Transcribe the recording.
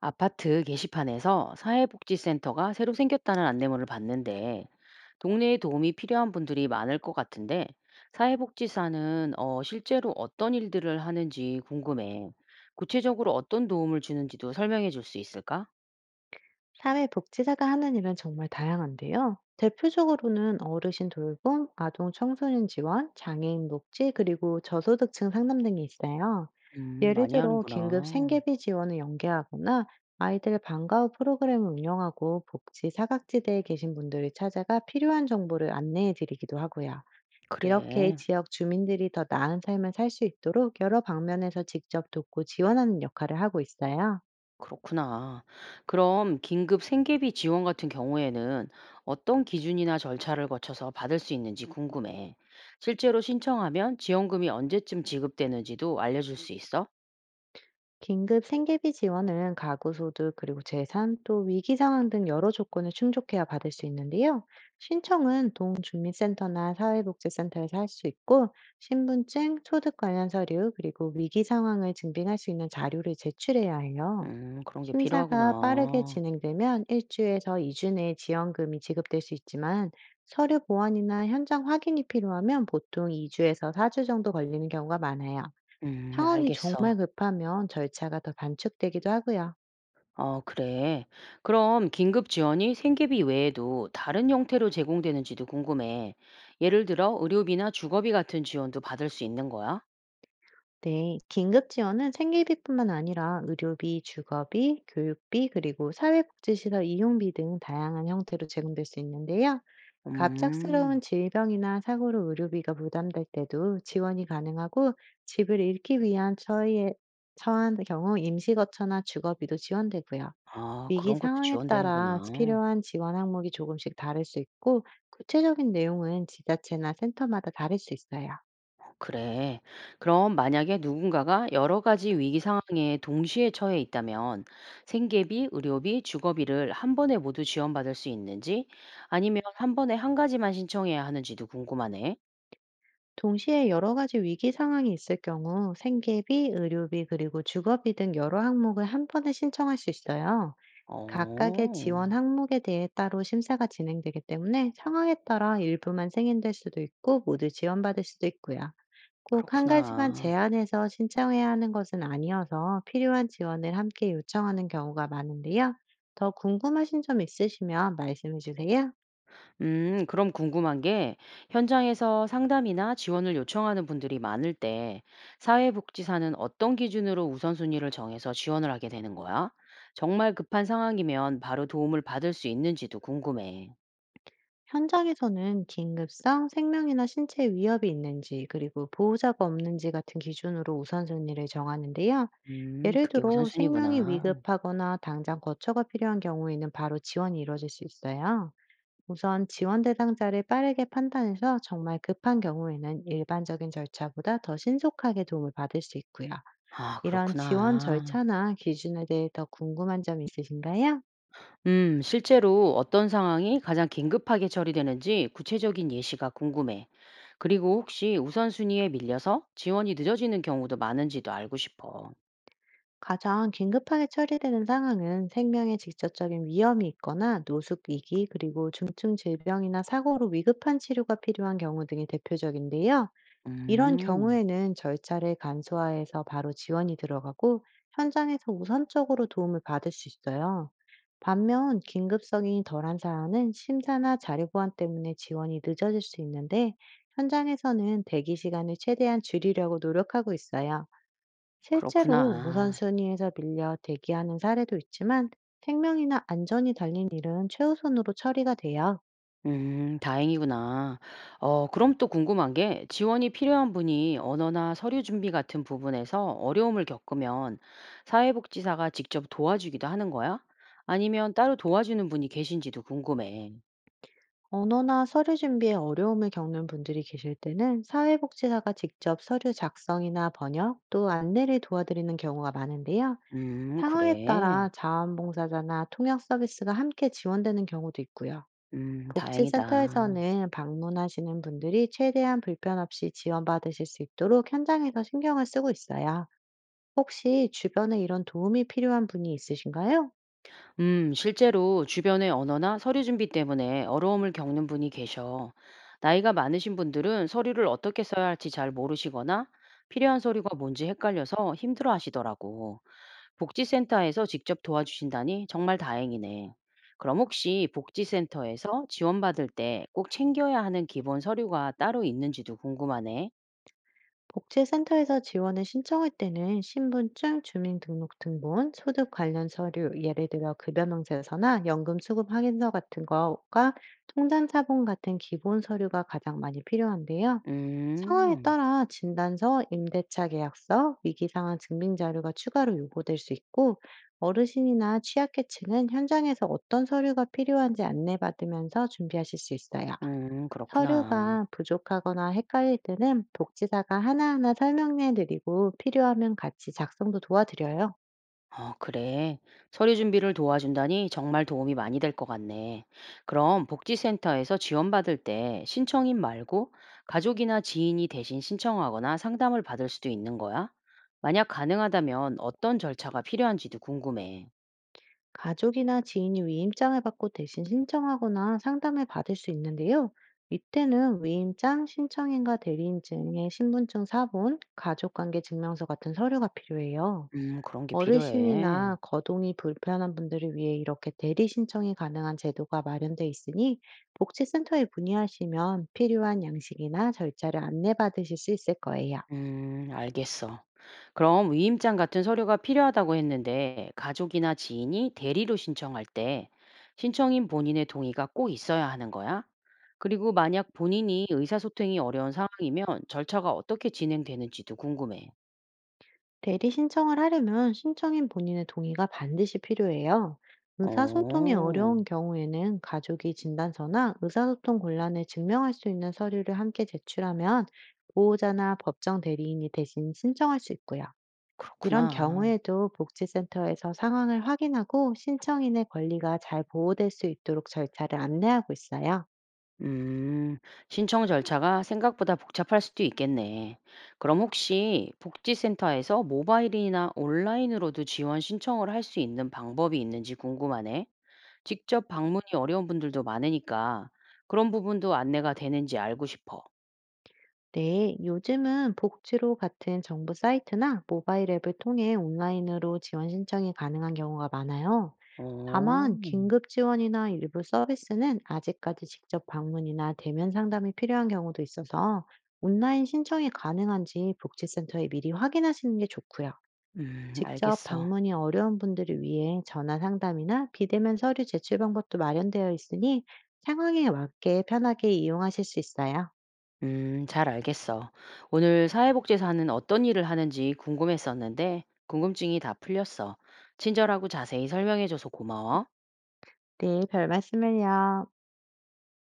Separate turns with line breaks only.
아파트 게시판에서 사회복지센터가 새로 생겼다는 안내문을 봤는데 동네에 도움이 필요한 분들이 많을 것 같은데 사회복지사는 실제로 어떤 일들을 하는지 궁금해. 구체적으로 어떤 도움을 주는지도 설명해 줄 수 있을까?
사회복지사가 하는 일은 정말 다양한데요. 대표적으로는 어르신 돌봄, 아동 청소년 지원, 장애인 복지, 그리고 저소득층 상담 등이 있어요. 예를
많이
들어 긴급
하는구나.
생계비 지원을 연계하거나 아이들 방과 후 프로그램을 운영하고 복지 사각지대에 계신 분들을 찾아가 필요한 정보를 안내해 드리기도 하고요. 이렇게
그래.
지역 주민들이 더 나은 삶을 살 수 있도록 여러 방면에서 직접 돕고 지원하는 역할을 하고 있어요.
그렇구나. 그럼 긴급 생계비 지원 같은 경우에는 어떤 기준이나 절차를 거쳐서 받을 수 있는지 궁금해. 실제로 신청하면 지원금이 언제쯤 지급되는지도 알려줄 수 있어?
긴급 생계비 지원은 가구 소득 그리고 재산 또 위기 상황 등 여러 조건을 충족해야 받을 수 있는데요. 신청은 동주민센터나 사회복지센터에서 할 수 있고 신분증, 소득 관련 서류 그리고 위기 상황을 증빙할 수 있는 자료를 제출해야 해요.
그런 게
심사가 빠르게
필요하구나.
진행되면 1주에서 2주 내에 지원금이 지급될 수 있지만 서류 보완이나 현장 확인이 필요하면 보통 2주에서 4주 정도 걸리는 경우가 많아요. 상황이 정말
알겠어.
급하면 절차가 더 단축되기도 하고요.
어, 그래. 그럼 긴급 지원이 생계비 외에도 다른 형태로 제공되는지도 궁금해. 예를 들어 의료비나 주거비 같은 지원도 받을 수 있는 거야?
네, 긴급 지원은 생계비뿐만 아니라 의료비, 주거비, 교육비, 그리고 사회복지시설 이용비 등 다양한 형태로 제공될 수 있는데요.
음,
갑작스러운 질병이나 사고로 의료비가 부담될 때도 지원이 가능하고 집을 잃기 위한 처해, 처한 경우 임시거처나 주거비도 지원되고요.
아,
위기
그런 것도
상황에 따라
지원되는구나.
필요한 지원 항목이 조금씩 다를 수 있고, 구체적인 내용은 지자체나 센터마다 다를 수 있어요.
그래. 그럼 만약에 누군가가 여러 가지 위기 상황에 동시에 처해 있다면 생계비, 의료비, 주거비를 한 번에 모두 지원받을 수 있는지 아니면 한 번에 한 가지만 신청해야 하는지도 궁금하네.
동시에 여러 가지 위기 상황이 있을 경우 생계비, 의료비, 그리고 주거비 등 여러 항목을 한 번에 신청할 수 있어요. 각각의
어,
지원 항목에 대해 따로 심사가 진행되기 때문에 상황에 따라 일부만 승인될 수도 있고 모두 지원받을 수도 있고요. 꼭 한 가지만
그렇구나.
제한해서 신청해야 하는 것은 아니어서 필요한 지원을 함께 요청하는 경우가 많은데요. 더 궁금하신 점 있으시면 말씀해 주세요.
그럼 궁금한 게 현장에서 상담이나 지원을 요청하는 분들이 많을 때 사회복지사는 어떤 기준으로 우선순위를 정해서 지원을 하게 되는 거야? 정말 급한 상황이면 바로 도움을 받을 수 있는지도 궁금해.
현장에서는 긴급성, 생명이나 신체 위협이 있는지 그리고 보호자가 없는지 같은 기준으로 우선순위를 정하는데요. 예를
그게
들어 생명이
우선순위구나.
위급하거나 당장 거처가 필요한 경우에는 바로 지원이 이루어질 수 있어요. 우선 지원 대상자를 빠르게 판단해서 정말 급한 경우에는 일반적인 절차보다 더 신속하게 도움을 받을 수 있고요.
아,
이런 지원
그렇구나.
절차나 기준에 대해 더 궁금한 점 있으신가요?
실제로 어떤 상황이 가장 긴급하게 처리되는지 구체적인 예시가 궁금해. 그리고 혹시 우선순위에 밀려서 지원이 늦어지는 경우도 많은지도 알고 싶어.
가장 긴급하게 처리되는 상황은 생명에 직접적인 위험이 있거나 노숙위기, 그리고 중증 질병이나 사고로 위급한 치료가 필요한 경우 등이 대표적인데요. 이런
음.
경우에는 절차를 간소화해서 바로 지원이 들어가고 현장에서 우선적으로 도움을 받을 수 있어요. 반면 긴급성이 덜한 사안은 심사나 자료 보완 때문에 지원이 늦어질 수 있는데 현장에서는 대기 시간을 최대한 줄이려고 노력하고 있어요. 실제로
그렇구나.
우선순위에서 밀려 대기하는 사례도 있지만 생명이나 안전이 달린 일은 최우선으로 처리가 돼요.
음, 다행이구나. 어, 그럼 또 궁금한 게 지원이 필요한 분이 언어나 서류 준비 같은 부분에서 어려움을 겪으면 사회복지사가 직접 도와주기도 하는 거야? 아니면 따로 도와주는 분이 계신지도 궁금해.
언어나 서류 준비에 어려움을 겪는 분들이 계실 때는 사회복지사가 직접 서류 작성이나 번역 또 안내를 도와드리는 경우가 많은데요.
음,
상황에
그래?
따라 자원봉사자나 통역 서비스가 함께 지원되는 경우도 있고요.
음, 다행이다.
복지센터에서는 방문하시는 분들이 최대한 불편 없이 지원받으실 수 있도록 현장에서 신경을 쓰고 있어요. 혹시 주변에 이런 도움이 필요한 분이 있으신가요?
실제로 주변의 언어나 서류 준비 때문에 어려움을 겪는 분이 계셔. 나이가 많으신 분들은 서류를 어떻게 써야 할지 잘 모르시거나 필요한 서류가 뭔지 헷갈려서 힘들어 하시더라고. 복지센터에서 직접 도와주신다니 정말 다행이네. 그럼 혹시 복지센터에서 지원받을 때 꼭 챙겨야 하는 기본 서류가 따로 있는지도 궁금하네.
복지센터에서 지원을 신청할 때는 신분증, 주민등록등본, 소득 관련 서류, 예를 들어 급여명세서나 연금 수급 확인서 같은 거가 통장사본 같은 기본 서류가 가장 많이 필요한데요. 상황에
음,
따라 진단서, 임대차 계약서, 위기상황 증빙 자료가 추가로 요구될 수 있고, 어르신이나 취약계층은 현장에서 어떤 서류가 필요한지 안내받으면서 준비하실 수 있어요.
그렇구나.
서류가 부족하거나 헷갈릴 때는 복지사가 하나하나 설명해 드리고 필요하면 같이 작성도 도와드려요.
어, 그래. 서류 준비를 도와준다니 정말 도움이 많이 될 것 같네. 그럼 복지센터에서 지원받을 때 신청인 말고 가족이나 지인이 대신 신청하거나 상담을 받을 수도 있는 거야? 만약 가능하다면 어떤 절차가 필요한지도 궁금해.
가족이나 지인이 위임장을 받고 대신 신청하거나 상담을 받을 수 있는데요. 이때는 위임장, 신청인과 대리인증의 신분증 사본, 가족관계 증명서 같은 서류가 필요해요.
그런 게 필요해.
어르신이나 거동이 불편한 분들을 위해 이렇게 대리 신청이 가능한 제도가 마련돼 있으니 복지센터에 문의하시면 필요한 양식이나 절차를 안내받으실 수 있을 거예요.
알겠어. 그럼 위임장 같은 서류가 필요하다고 했는데 가족이나 지인이 대리로 신청할 때 신청인 본인의 동의가 꼭 있어야 하는 거야? 그리고 만약 본인이 의사소통이 어려운 상황이면 절차가 어떻게 진행되는지도 궁금해.
대리 신청을 하려면 신청인 본인의 동의가 반드시 필요해요. 의사소통이
어,
어려운 경우에는 가족이 진단서나 의사소통 곤란을 증명할 수 있는 서류를 함께 제출하면 보호자나 법정 대리인이 대신 신청할 수 있고요. 이런
그렇구나.
경우에도 복지센터에서 상황을 확인하고 신청인의 권리가 잘 보호될 수 있도록 절차를 안내하고 있어요.
음, 신청 절차가 생각보다 복잡할 수도 있겠네. 그럼 혹시 복지센터에서 모바일이나 온라인으로도 지원 신청을 할 수 있는 방법이 있는지 궁금하네. 직접 방문이 어려운 분들도 많으니까 그런 부분도 안내가 되는지 알고 싶어.
네, 요즘은 복지로 같은 정부 사이트나 모바일 앱을 통해 온라인으로 지원 신청이 가능한 경우가 많아요.
어,
다만, 긴급 지원이나 일부 서비스는 아직까지 직접 방문이나 대면 상담이 필요한 경우도 있어서 온라인 신청이 가능한지 복지센터에 미리 확인하시는 게 좋고요. 직접
알겠어.
방문이 어려운 분들을 위해 전화 상담이나 비대면 서류 제출 방법도 마련되어 있으니 상황에 맞게 편하게 이용하실 수 있어요.
잘 알겠어. 오늘 사회복지사는 어떤 일을 하는지 궁금했었는데 궁금증이 다 풀렸어. 친절하고 자세히 설명해줘서 고마워.
네, 별 말씀을요.